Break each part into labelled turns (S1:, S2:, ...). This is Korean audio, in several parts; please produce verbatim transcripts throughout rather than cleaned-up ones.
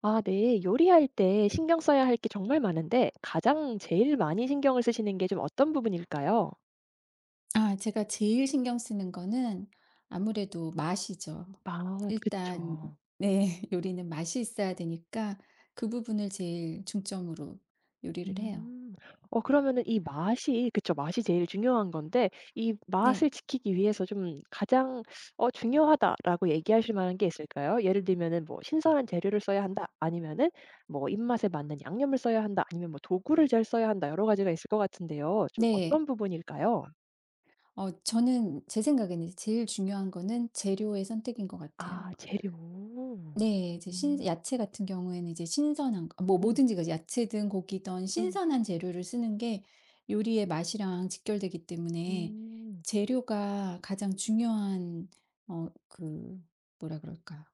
S1: 아, 네. 요리할 때 신경 써야 할 게 정말 많은데 가장 제일 많이 신경을 쓰시는 게 좀 어떤 부분일까요?
S2: 아 제가 제일 신경 쓰는 거는 아무래도 맛이죠.
S1: 아,
S2: 일단
S1: 그쵸.
S2: 네. 요리는 맛이 있어야 되니까 그 부분을 제일 중점으로 요리를 해요.
S1: 음. 어, 그러면은 이 맛이, 그쵸. 맛이 제일 중요한 건데 이
S2: 네.
S1: 맛을 지키기 위해서 좀 가장 어, 중요하다라고 얘기하실 만한 게 있을까요? 예를 들면은 뭐 신선한 재료를 써야 한다. 아니면은 뭐 입맛에 맞는 양념을 써야 한다. 아니면 뭐 도구를 잘 써야 한다. 여러 가지가 있을 것 같은데요. 좀
S2: 네.
S1: 어떤 부분일까요?
S2: 어 저는 제 생각에는 제일 중요한 거는 재료의 선택인 것 같아요.
S1: 아, 재료.
S2: 네. 이제 신
S1: 음.
S2: 야채 같은 경우에는 이제 신선한 거 뭐
S1: 음.
S2: 뭐든지 그 야채든 고기든
S1: 음.
S2: 신선한 재료를 쓰는 게 요리의 맛이랑 직결되기 때문에
S1: 음.
S2: 재료가 가장 중요한 어 그 뭐라 그럴까?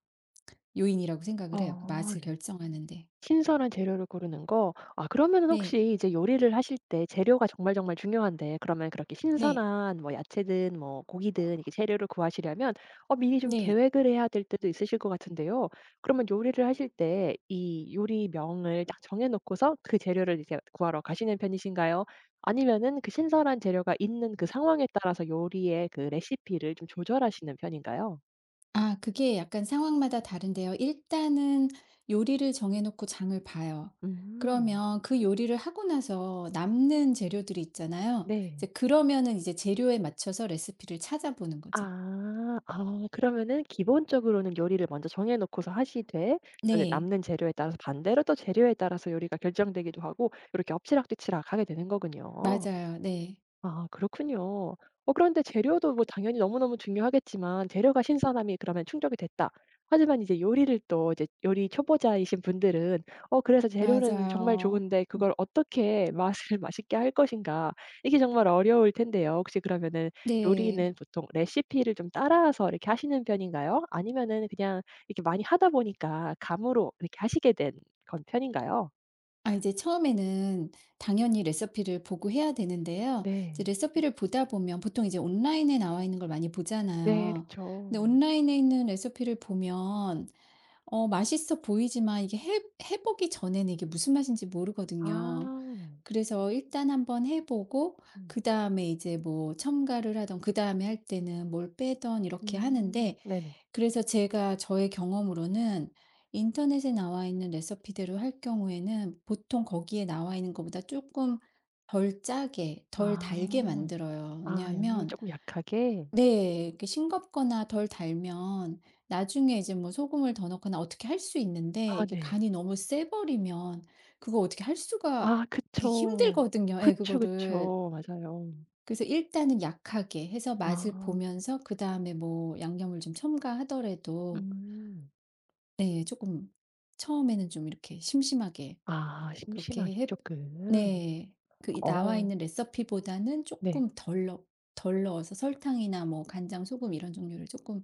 S2: 요인이라고 생각을 해요, 그
S1: 아
S2: 맛을
S1: 네.
S2: 결정하는 데.
S1: 신선한 재료를 고르는 거. 아 그러면은
S2: 네.
S1: 혹시 이제 요리를 하실 때 재료가 정말 정말 중요한데 그러면 그렇게
S2: 네.
S1: 신선한 뭐 야채든 뭐 고기든 이렇게 재료를 구하시려면 어 미리 좀
S2: 네.
S1: 계획을 해야 될 때도 있으실 것 같은데요. 그러면 요리를 하실 때 이 요리명을 딱 정해 놓고서 그 재료를 이제 구하러 가시는 편이신가요? 아니면은 그 신선한 재료가 있는 그 상황에 따라서 요리의 그 레시피를 좀 조절하시는 편인가요?
S2: 아 그게 약간 상황마다 다른데요. 일단은 요리를 정해 놓고 장을 봐요.
S1: 음.
S2: 그러면 그 요리를 하고 나서 남는 재료들이 있잖아요.
S1: 네.
S2: 이제 그러면은 이제 재료에 맞춰서 레시피를 찾아보는 거죠.
S1: 아. 아 그러면은 기본적으로는 요리를 먼저 정해 놓고서 하시되 그다음에
S2: 네.
S1: 남는 재료에 따라서 반대로 또 재료에 따라서 요리가 결정되기도 하고 이렇게 엎치락뒤치락 하게 되는 거군요.
S2: 맞아요. 네.
S1: 아 그렇군요. 어 그런데 재료도 뭐 당연히 너무너무 중요하겠지만 재료가 신선함이 그러면 충족이 됐다. 하지만 이제 요리를 또 이제 요리 초보자이신 분들은 어 그래서 재료는 정말
S2: 맞아요.
S1: 좋은데
S2: 음.
S1: 그걸 어떻게 맛을 맛있게 할 것인가 이게 정말 어려울 텐데요. 혹시 그러면은
S2: 네.
S1: 요리는 보통 레시피를 좀 따라서 이렇게 하시는 편인가요? 아니면은 그냥 이렇게 많이 하다 보니까 감으로 이렇게 하시게 된 건 편인가요?
S2: 아 이제 처음에는 당연히 레시피를 보고 해야 되는데요. 이제
S1: 네.
S2: 레시피를 보다 보면 보통 이제 온라인에 나와 있는 걸 많이
S1: 네
S2: 보잖아요.
S1: 그쵸.
S2: 근데 온라인에 있는 레시피를 보면 어 맛있어 보이지만 이게 해 해 보기 전에는 이게 무슨 맛인지 모르거든요.
S1: 아.
S2: 그래서 일단 한번 해 보고
S1: 음.
S2: 그다음에 이제 뭐 첨가를 하던 그 다음에 할 때는 뭘 빼던 이렇게
S1: 음
S2: 하는데
S1: 네네.
S2: 그래서 제가 저의 경험으로는 인터넷에 나와 있는 레시피대로 할 경우에는 보통 거기에 나와 있는 것보다 조금 덜 짜게 덜 달게
S1: 아.
S2: 만들어요.
S1: 아 양념이
S2: 왜냐하면
S1: 쪼끔 약하게?
S2: 네. 이렇게 싱겁거나 덜 달면 나중에 이제 뭐 소금을 더 넣거나 어떻게 할 수 있는데
S1: 아
S2: 이게
S1: 네.
S2: 간이 너무 세 버리면 그거 어떻게 할 수가
S1: 아
S2: 이게
S1: 그쵸.
S2: 힘들거든요 예
S1: 그쵸,
S2: 그거를.
S1: 그쵸. 맞아요.
S2: 그래서 일단은 약하게 해서 맛을
S1: 아
S2: 보면서 그다음에 뭐 양념을 좀 첨가하더라도
S1: 음.
S2: 네 조금 처음에는 좀 이렇게 심심하게
S1: 아
S2: 그렇게
S1: 심심하게
S2: 해
S1: 쪼끔.
S2: 네. 그 이 나와
S1: 어
S2: 있는 레시피보다는
S1: 네.
S2: 조금 덜 넣 덜 넣어서 설탕이나 뭐 간장, 소금 이런 종류를 조금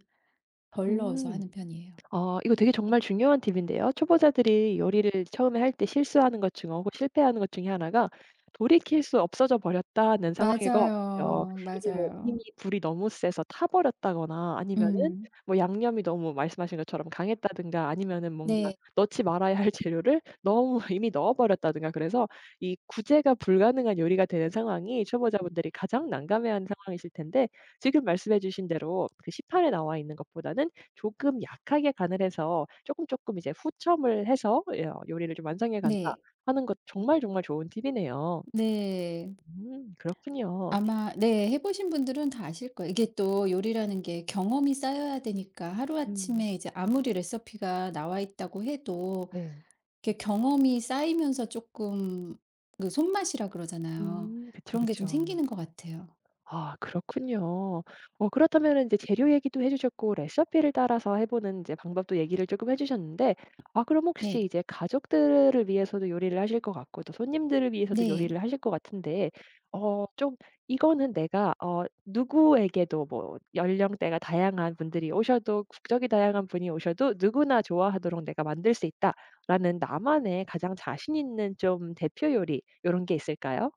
S2: 덜 넣어서
S1: 음.
S2: 하는 편이에요.
S1: 어 이거 되게 정말 중요한 팁인데요. 초보자들이 요리를 처음에 할 때 실수하는 것 중 하고 실패하는 것 중에 하나가 돌이킬 수 없어져 버렸다는 상황일 것 같아요.
S2: 맞아요.
S1: 이게 뭐 이미
S2: 맞아요.
S1: 불이 너무 세서 타 버렸다거나 아니면은
S2: 음.
S1: 뭐 양념이 너무 말씀하신 것처럼 강했다든가 아니면은 뭔가
S2: 네.
S1: 넣지 말아야 할 재료를 너무 이미 넣어 버렸다든가 그래서 이 구제가 불가능한 요리가 되는 상황이 초보자분들이 가장 난감해하는 상황이실 텐데 지금 말씀해 주신 대로 그 시판에 나와 있는 것보다는 조금 약하게 간을 해서 조금 조금 이제 후첨을 해서 예 어 '요리를 좀 완성해 간다.'
S2: 네.
S1: 하는 것 정말 정말 좋은 팁이네요.
S2: 네.
S1: 음 그렇군요.
S2: 아마 네. 해 보신 분들은 다 아실 거예요. 이게 또 요리라는 게 경험이 쌓여야 되니까
S1: 음
S2: 하루아침에 이제 아무리 레시피가 나와 있다고 해도
S1: 네.
S2: 이렇게 경험이 쌓이면서 쪼끔 그 손맛이라 그러잖아요.
S1: 음 그쵸,
S2: 그런 게 좀
S1: 그쵸.
S2: 생기는 것 같아요.
S1: 아 그렇군요. 어 그렇다면은 제 재료 얘기도 해 주셨고 레시피를 따라서 해 보는 이제 방법도 얘기를 조금 해 주셨는데 아 그럼 혹시
S2: 네.
S1: 이제 가족들을 위해서도 요리를 하실 것 같고 또 손님들을 위해서도
S2: 네.
S1: 요리를 하실 것 같은데 어 좀 이거는 내가 어 누구에게도 뭐 연령대가 다양한 분들이 오셔도 국적이 다양한 분이 오셔도 누구나 좋아하도록 내가 만들 수 있다라는 나만의 가장 자신 있는 좀 대표 요리 요런 게 있을까요?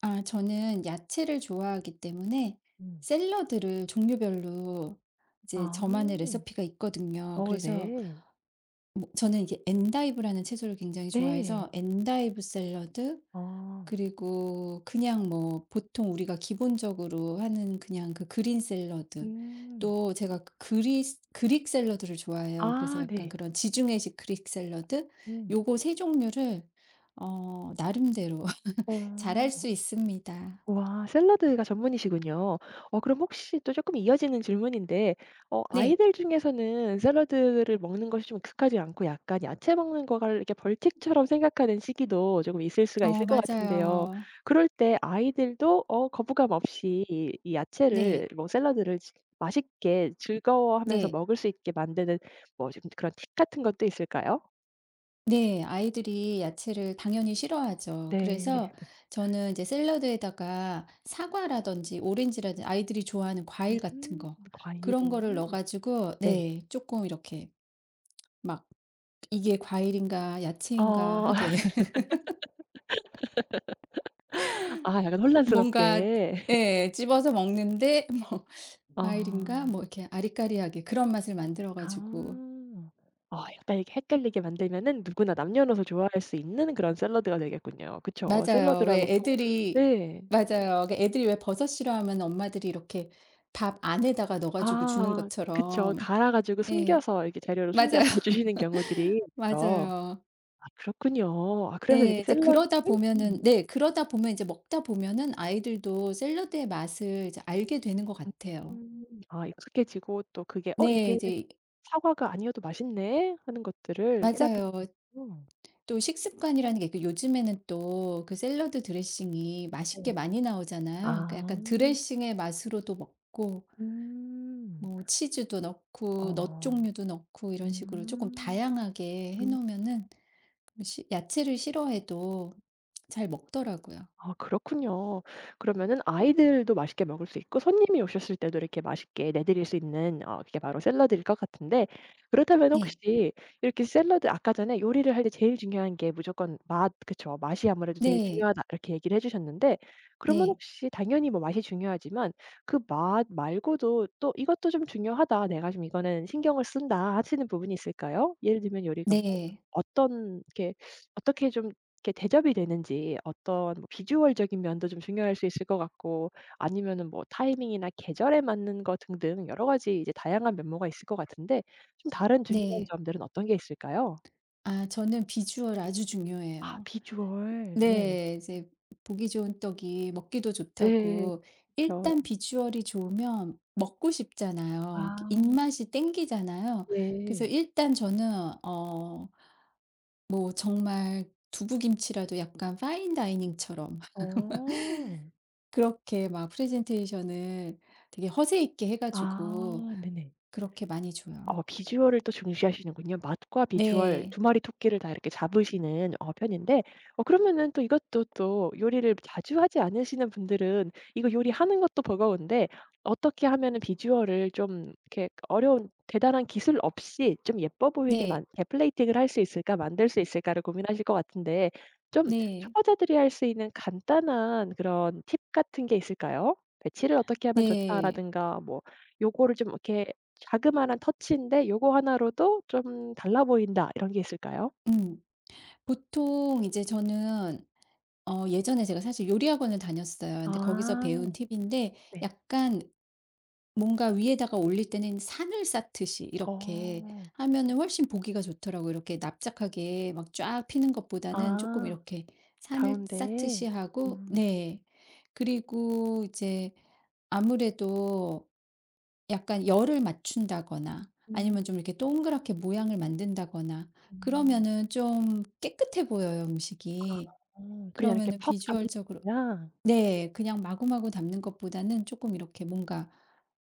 S2: 아 저는 야채를 좋아하기 때문에
S1: 음.
S2: 샐러드를 종류별로 이제
S1: 아.
S2: 저만의 레시피가 있거든요.
S1: 어
S2: 그래서
S1: 네.
S2: 뭐 저는 이게 엔다이브라는 채소를 굉장히 좋아해서
S1: 네.
S2: 엔다이브 샐러드
S1: 아.
S2: 그리고 그냥 뭐 보통 우리가 기본적으로 하는 그냥 그 그린 샐러드
S1: 음.
S2: 또 제가 그리스 그릭 샐러드를 좋아해요. 그래서
S1: 아
S2: 약간
S1: 네.
S2: 그런 지중해식 그릭 샐러드
S1: 음.
S2: 요거 세 종류를 어 나름대로 잘할
S1: 어.
S2: 수 있습니다.
S1: 와 샐러드가 전문이시군요. 어 그럼 혹시 또 쪼끔 이어지는 질문인데 어
S2: 네.
S1: 아이들 중에서는 샐러드를 먹는 것이 좀 익숙하지 않고 약간 야채 먹는 거를 이렇게 벌칙처럼 생각하는 시기도 조금 있을 수가
S2: 어
S1: 있을 것 같은데요.
S2: 맞아요.
S1: 그럴 때 아이들도 어 거부감 없이 이 이 야채를
S2: 네.
S1: 뭐 샐러드를 지 맛있게 즐거워하면서
S2: 네.
S1: 먹을 수 있게 만드는 뭐 좀 그런 팁 같은 것도 있을까요?
S2: 네. 아이들이 야채를 당연히 싫어하죠.
S1: 네.
S2: 그래서 저는 이제 샐러드에다가 사과라든지 오렌지라든지 아이들이 좋아하는 과일 같은
S1: 음
S2: 거
S1: 과일을
S2: 그런 거를 넣어 가지고
S1: 네.
S2: 네 조금 이렇게 막 이게 과일인가 야채인가
S1: 어
S2: 하게
S1: 아 약간
S2: 뭔가
S1: 혼란스럽게.
S2: 예 집어서 먹는데 뭐 과일인가
S1: 어.
S2: 뭐 이렇게 아리까리하게 그런 맛을 만들어 가지고
S1: 아. 아 약간 이렇게 헷갈리게 만들면은 누구나 남녀노소 좋아할 수 있는 그런 샐러드가 되겠군요. 그쵸.
S2: 맞아요. 왜
S1: 샐러드라고 꼭
S2: 애들이
S1: 네.
S2: 맞아요. 그 애들이 왜 버섯 싫어하면 엄마들이 이렇게 밥 안에다가 넣어 가지고 주는
S1: 아 그쵸.
S2: 것처럼.
S1: 갈아 가지고
S2: 네.
S1: 숨겨서 이렇게 재료를
S2: 맞아요.
S1: 숨겨서 주시는 경우들이 있죠.
S2: 맞아요.
S1: 아 그렇군요. 아 그래서
S2: 네.
S1: 이렇게
S2: 이제 그러다
S1: 샐러드를 음.
S2: 보면은 네. 그러다 보면 이제 먹다 보면은 아이들도 샐러드의 맛을 이제 알게 되는 것 같아요.
S1: 음. 아 익숙해지고 또 그게 '어
S2: 네.
S1: 이게
S2: 이제
S1: 사과가 아니어도 맛있네.' 하는 것들을 깨닫게
S2: 맞아요.
S1: 되는군요.
S2: 또 식습관이라는 게 그 요즘에는 또 그 샐러드 드레싱이 맛있게
S1: 네.
S2: 많이 나오잖아요. 그러니까
S1: 아.
S2: 약간 드레싱의 맛으로도 먹고
S1: 음.
S2: 뭐 치즈도 넣고 넛
S1: 어.
S2: 종류도 넣고 이런 식으로 조금
S1: 음.
S2: 다양하게 해
S1: 음.
S2: 놓으면은 시 야채를 싫어해도 잘 먹더라고요.
S1: 아 그렇군요. 그러면은 아이들도 맛있게 먹을 수 있고 손님이 오셨을 때도 이렇게 맛있게 내 드릴 수 있는 어 그게 바로 샐러드일 것 같은데 그렇다면
S2: 네.
S1: 혹시 이렇게 샐러드 아까 전에 요리를 할 때 제일 중요한 게 무조건 맛 그쵸. "맛이 아무래도 제일
S2: 네.
S1: 중요하다." 이렇게 얘기를 해 주셨는데 그러면
S2: 네.
S1: 혹시 당연히 뭐 맛이 중요하지만 그 맛 말고도 또 '이것도 좀 중요하다. 내가 좀 이거는 신경을 쓴다.' 하시는 부분이 있을까요? 예를 들면 요리가 뭐
S2: 네.
S1: 어떤 이렇게 어떻게 좀 이렇게 대접이 되는지 어떤 뭐 비주얼적인 면도 좀 중요할 수 있을 것 같고 아니면은 뭐 타이밍이나 계절에 맞는 거 등등 여러 가지 이제 다양한 면모가 있을 것 같은데 좀 다른 중요한
S2: 네.
S1: 점들은 어떤 게 있을까요?
S2: 아 저는 비주얼 아주
S1: 아
S2: 중요해요.
S1: 비주얼. 네.
S2: 네. 이제 보기 좋은 떡이 먹기도
S1: 네,
S2: 좋다고
S1: 그쵸.
S2: 일단 비주얼이 좋으면 먹고
S1: 아
S2: 싶잖아요. 그 입맛이 땡기잖아요. 그래서
S1: 네.
S2: 일단 저는 어 뭐 정말 두부김치라도 약간 파인 다이닝처럼
S1: 어.
S2: 그렇게 막 프레젠테이션을 되게 허세 있게 해 가지고
S1: 아 네네.
S2: 그렇게 많이
S1: 어
S2: 줘요.
S1: 비주얼을 또 중시하시는군요. 맛과 비주얼
S2: 네.
S1: 두 마리 토끼를 다 이렇게 잡으시는 어 편인데 어 그러면은 또 이것도 또 요리를 자주 하지 않으시는 분들은 이거 요리하는 것도 버거운데 어떻게 하면은 비주얼을 좀 이렇게 어려운 대단한 기술 없이 좀 예뻐 보이게 만
S2: 네.
S1: 이렇게 플레이팅을 할 수 있을까 만들 수 있을까를 고민하실 것 같은데 좀
S2: 네.
S1: 초보자들이 할 수 있는 간단한 그런 팁 같은 게 있을까요? '배치를 어떻게 하면
S2: 네.
S1: 좋다.'라든가 뭐 '요거를 좀 이렇게 자그마한 터치인데 요거 하나로도 좀 달라 보인다 이런 게 있을까요?
S2: 음. 보통 이제 저는 어 예전에 제가 사실 요리 학원을 다녔어요. 근데 거기서
S1: 아
S2: 배운 팁인데
S1: 네.
S2: 약간 뭔가 위에다가 올릴 때는 산을 쌓듯이 이렇게
S1: 어.
S2: 하면은 훨씬 보기가 좋더라고요. 이렇게 납작하게 막 쫙 피는 것보다는 조금
S1: 아.
S2: 이렇게 산을 쌓듯이
S1: 가운데에.
S2: 하고
S1: 음.
S2: 네. 그리고 이제 아무래도 약간 열을 맞춘다거나
S1: 음.
S2: 아니면 좀 이렇게 동그랗게 모양을 만든다거나
S1: 음.
S2: 그러면은 좀 깨끗해 보여요
S1: 아.
S2: 음식이.
S1: 어. 그냥 이렇게
S2: 그러면은
S1: 퍽 담는
S2: 비주얼적으로
S1: 게 아니라.
S2: 네. 그냥 마구마구 담는 것보다는 조금 이렇게 뭔가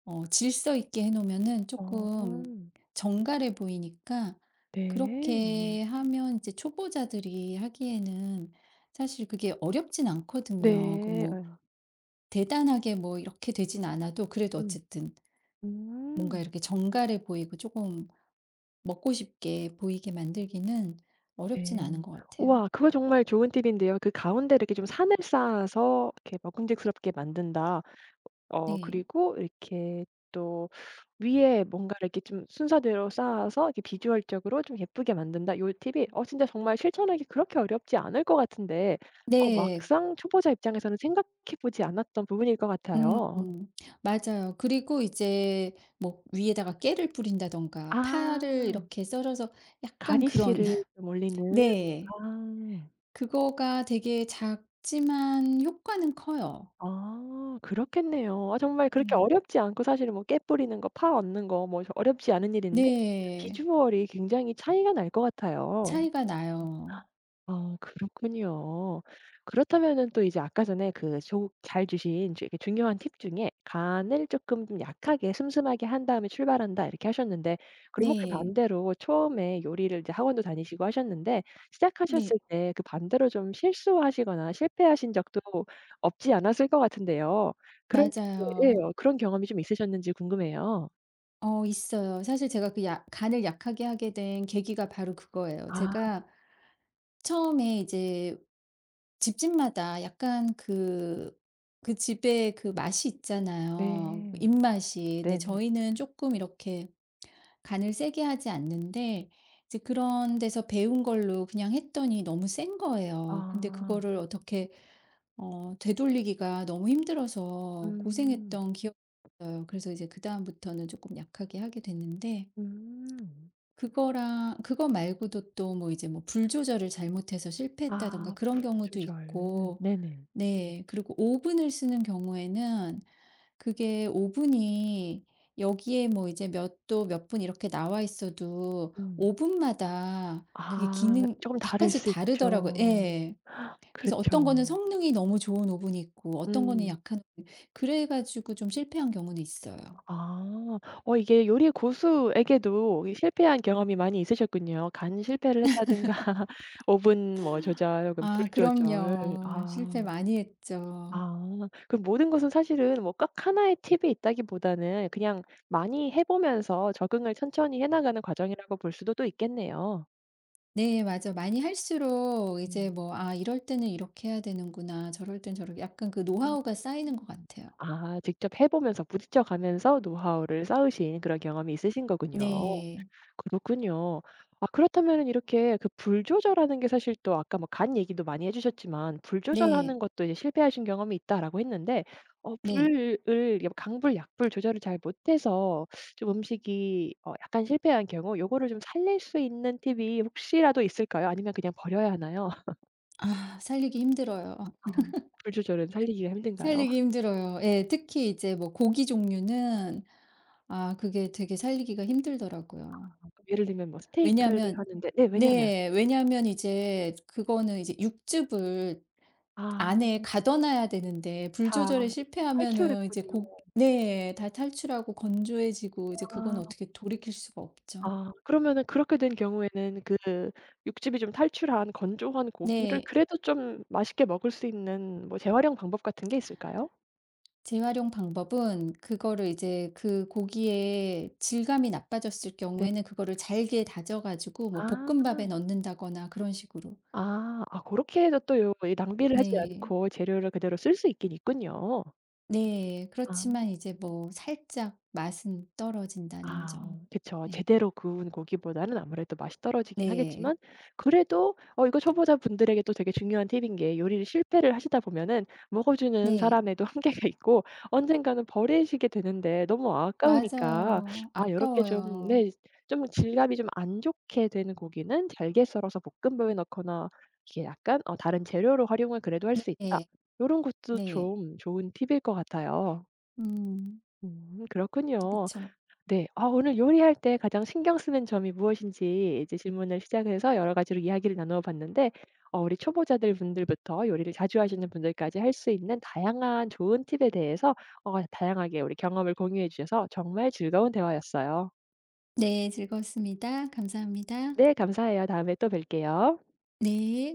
S2: 어 질서 있게 해 놓으면은 조금
S1: 어.
S2: 정갈해 보이니까
S1: 네. 네.
S2: 그렇게 하면 이제 초보자들이 하기에는 사실 그게 어렵진 않거든요. 그
S1: 예.
S2: 뭐 대단하게 뭐 이렇게 되진 않아도 그래도
S1: 음.
S2: 어쨌든 뭔가
S1: 음.
S2: 이렇게 정갈해 보이고 조금 먹고 싶게 보이게 만들기는 어렵진
S1: 네.
S2: 않은 것 같아요.
S1: 우와 그거 정말 좋은 팁인데요. 그 가운데 이렇게 좀 산을 쌓아서 이렇게 먹음직스럽게 만든다. 어
S2: 네.
S1: 그리고 이렇게 또 위에 뭔가를 이렇게 좀 순서대로 쌓아서 이렇게 비주얼적으로 좀 예쁘게 만든다. 요 팁이 어 진짜 정말 실천하기 그렇게 어렵지 않을 것 같은데 어
S2: 네.
S1: 막상 초보자 입장에서는 생각해 보지 않았던 부분일 것
S2: 음.
S1: 같아요.
S2: 음. 맞아요. 그리고 이제 뭐 위에다가 깨를 뿌린다든가 파를
S1: 아.
S2: 이렇게 썰어서 약간 그런
S1: 가니쉬를 좀 올리는.
S2: 네.
S1: 아.
S2: 그거가 되게 작지만 효과는 커요.
S1: 아 그렇겠네요. 아 정말 그렇게
S2: 네.
S1: 어렵지 않고 사실은 뭐 깨 뿌리는 거, 파 얻는 거 뭐 어렵지 않은 일인데
S2: 네.
S1: 비주얼이 굉장히 차이가 날 것 같아요.
S2: 차이가 나요.
S1: 아 그렇군요. 그렇다면은 또 이제 아까 전에 그 잘 주신 주 이렇게 중요한 팁 중에 "간을 조금 좀 약하게 슴슴하게 한 다음에 출발한다." 이렇게 하셨는데 그럼 혹시
S2: 네.
S1: 반대로 처음에 요리를 이제 학원도 다니시고 하셨는데 시작하셨을
S2: 네.
S1: 때 그 반대로 좀 실수하시거나 실패하신 적도 없지 않았을 것 같은데요. 그런 예
S2: 맞아요.
S1: 어 그런 경험이 좀 있으셨는지 궁금해요.
S2: 어 있어요. 사실 제가 그 약 간을 약하게 하게 된 계기가 바로 그거예요.
S1: 아
S2: 제가 처음에 이제 집집마다 약간 그 그 집의 그 맛이 있잖아요,
S1: 네.
S2: 입맛이. 근데
S1: 네네.
S2: 저희는 조금 이렇게 간을 세게 하지 않는데 이제 그런 데서 배운 걸로 그냥 했더니 너무 센
S1: 아.
S2: 거예요. 근데
S1: 아.
S2: 그거를 어떻게 어 되돌리기가 너무 힘들어서
S1: 음.
S2: 고생했던 기억이 있어요. 그래서 이제 그다음부터는 조금 약하게 하게 됐는데
S1: 음.
S2: 그거랑 그거 말고도 또 뭐 이제 뭐 불 조절을 잘못해서 실패했다든가
S1: 아
S2: 그런
S1: 불
S2: 경우도
S1: 조절.
S2: 있고
S1: 네네.
S2: 네. 그리고 오븐을 쓰는 경우에는 그게 오븐이 여기에 뭐 이제 몇도 몇 분 이렇게 나와 있어도
S1: 음.
S2: 오븐마다 그게
S1: 아
S2: 기능
S1: 조금 다를
S2: 약간씩
S1: 수
S2: 다르더라고요.
S1: 있죠.
S2: 예. 그래서 어떤 거는
S1: 그렇죠.
S2: 성능이 너무 좋은 오븐이 있고 어떤 거는
S1: 음.
S2: 약한 그래 가지고 좀 실패한 경우는 있어요.
S1: 아. 어 이게 요리 고수에게도 이 실패한 경험이 많이 있으셨군요. 간 실패를 했다든가 오븐 뭐 조절 혹은 불
S2: 아
S1: 조절.
S2: 그럼요. 실패
S1: 아.
S2: 많이 했죠.
S1: 아. 그 모든 것은 사실은 뭐 꼭 하나의 팁이 있다기보다는 그냥 많이 해 보면서 적응을 천천히 해 나가는 과정이라고 볼 수도 또 있겠네요.
S2: 네 맞아. 많이 할수록 이제
S1: 음.
S2: 뭐 '아 이럴 때는 이렇게 해야 되는구나. 저럴 땐 저렇게.' 약간 그
S1: 음.
S2: 노하우가 쌓이는 것 같아요.
S1: 아 직접 해 보면서 부딪혀 가면서 노하우를 쌓으신 그런 경험이 있으신 거군요.
S2: 네.
S1: 그렇군요. 아 그렇다면은 이렇게 그 불 조절하는 게 사실 또 아까 뭐 간 얘기도 많이 해 주셨지만 "불
S2: 네.
S1: 조절하는 것도 이제 실패하신 경험이 있다."라고 했는데 어
S2: 네.
S1: 불을 이게 뭐 강불 약불 조절을 잘 못해서 좀 음식이 어 약간 실패한 경우 요거를 좀 살릴 수 있는 팁이 혹시라도 있을까요? 아니면 그냥 버려야 하나요?
S2: 아 살리기 힘들어요.
S1: 아 불 조절은 살리기가 힘든가요?
S2: 살리기 힘들어요. 예. 특히 이제 뭐 고기 종류는 아 그게 되게 살리기가 힘들더라고요.
S1: 예를 들면 뭐 스테이크를
S2: 왜냐하면
S1: 하는데 네 왜냐면?
S2: 네. 왜냐하면 이제 그거는 이제 육즙을 안에
S1: 아
S2: 가둬놔야 되는데 불 조절에
S1: 다
S2: 실패하면은 이제
S1: 탈출했군요.
S2: 곡 네. 다 탈출하고 건조해지고 이제 그건
S1: 아.
S2: 어떻게 돌이킬 수가 없죠.
S1: 아 그러면은 그렇게 된 경우에는 그 육즙이 좀 탈출한 건조한 고기를
S2: 네.
S1: 그래도 좀 맛있게 먹을 수 있는 뭐 재활용 방법 같은 게 있을까요?
S2: 재활용 방법은 그거를 이제 그 고기의 질감이 나빠졌을
S1: 네.
S2: 경우에는 그거를 잘게 다져 가지고 뭐
S1: 아.
S2: 볶음밥에 넣는다거나 그런 식으로.
S1: 아. 아 고렇게 해서 또 요 이 낭비를 하지
S2: 네.
S1: 않고 재료를 그대로 쓸 수 있긴 있군요.
S2: 네. 그렇지만
S1: 아.
S2: 이제 뭐 살짝 맛은 떨어진다는
S1: 아
S2: 점.
S1: 그쵸.
S2: 네.
S1: 제대로 구운 고기보다는 아무래도 맛이 떨어지긴
S2: 네.
S1: 하겠지만 그래도 어 이거 초보자분들에게 또 되게 중요한 팁인 게 요리를 실패를 하시다 보면은 먹어주는
S2: 네.
S1: 사람에도 한계가 있고 언젠가는 버리시게 되는데 너무 아까우니까
S2: 맞아요.
S1: 아 요렇게 좀
S2: 아까워요.
S1: 네 좀 질감이 좀 안 좋게 되는 고기는 잘게 썰어서 볶음밥에 넣거나 이게 약간 어 '다른 재료로 활용을 그래도 할 수 있다.'
S2: 네.
S1: 요런 것도
S2: 네.
S1: 좀 좋은 팁일 것 같아요.
S2: 음
S1: 음 그렇군요.
S2: 그쵸.
S1: 네. 아 오늘 요리할 때 가장 신경 쓰는 점이 무엇인지 이제 질문을 시작해서 여러 가지로 이야기를 나누어 봤는데 어 우리 초보자들 분들부터 요리를 자주 하시는 분들까지 할 수 있는 다양한 좋은 팁에 대해서 어 다양하게 우리 경험을 공유해 주셔서 정말 즐거운 대화였어요.
S2: 네. 즐거웠습니다. 감사합니다.
S1: 네 감사해요. 다음에 또 뵐게요.
S2: 네.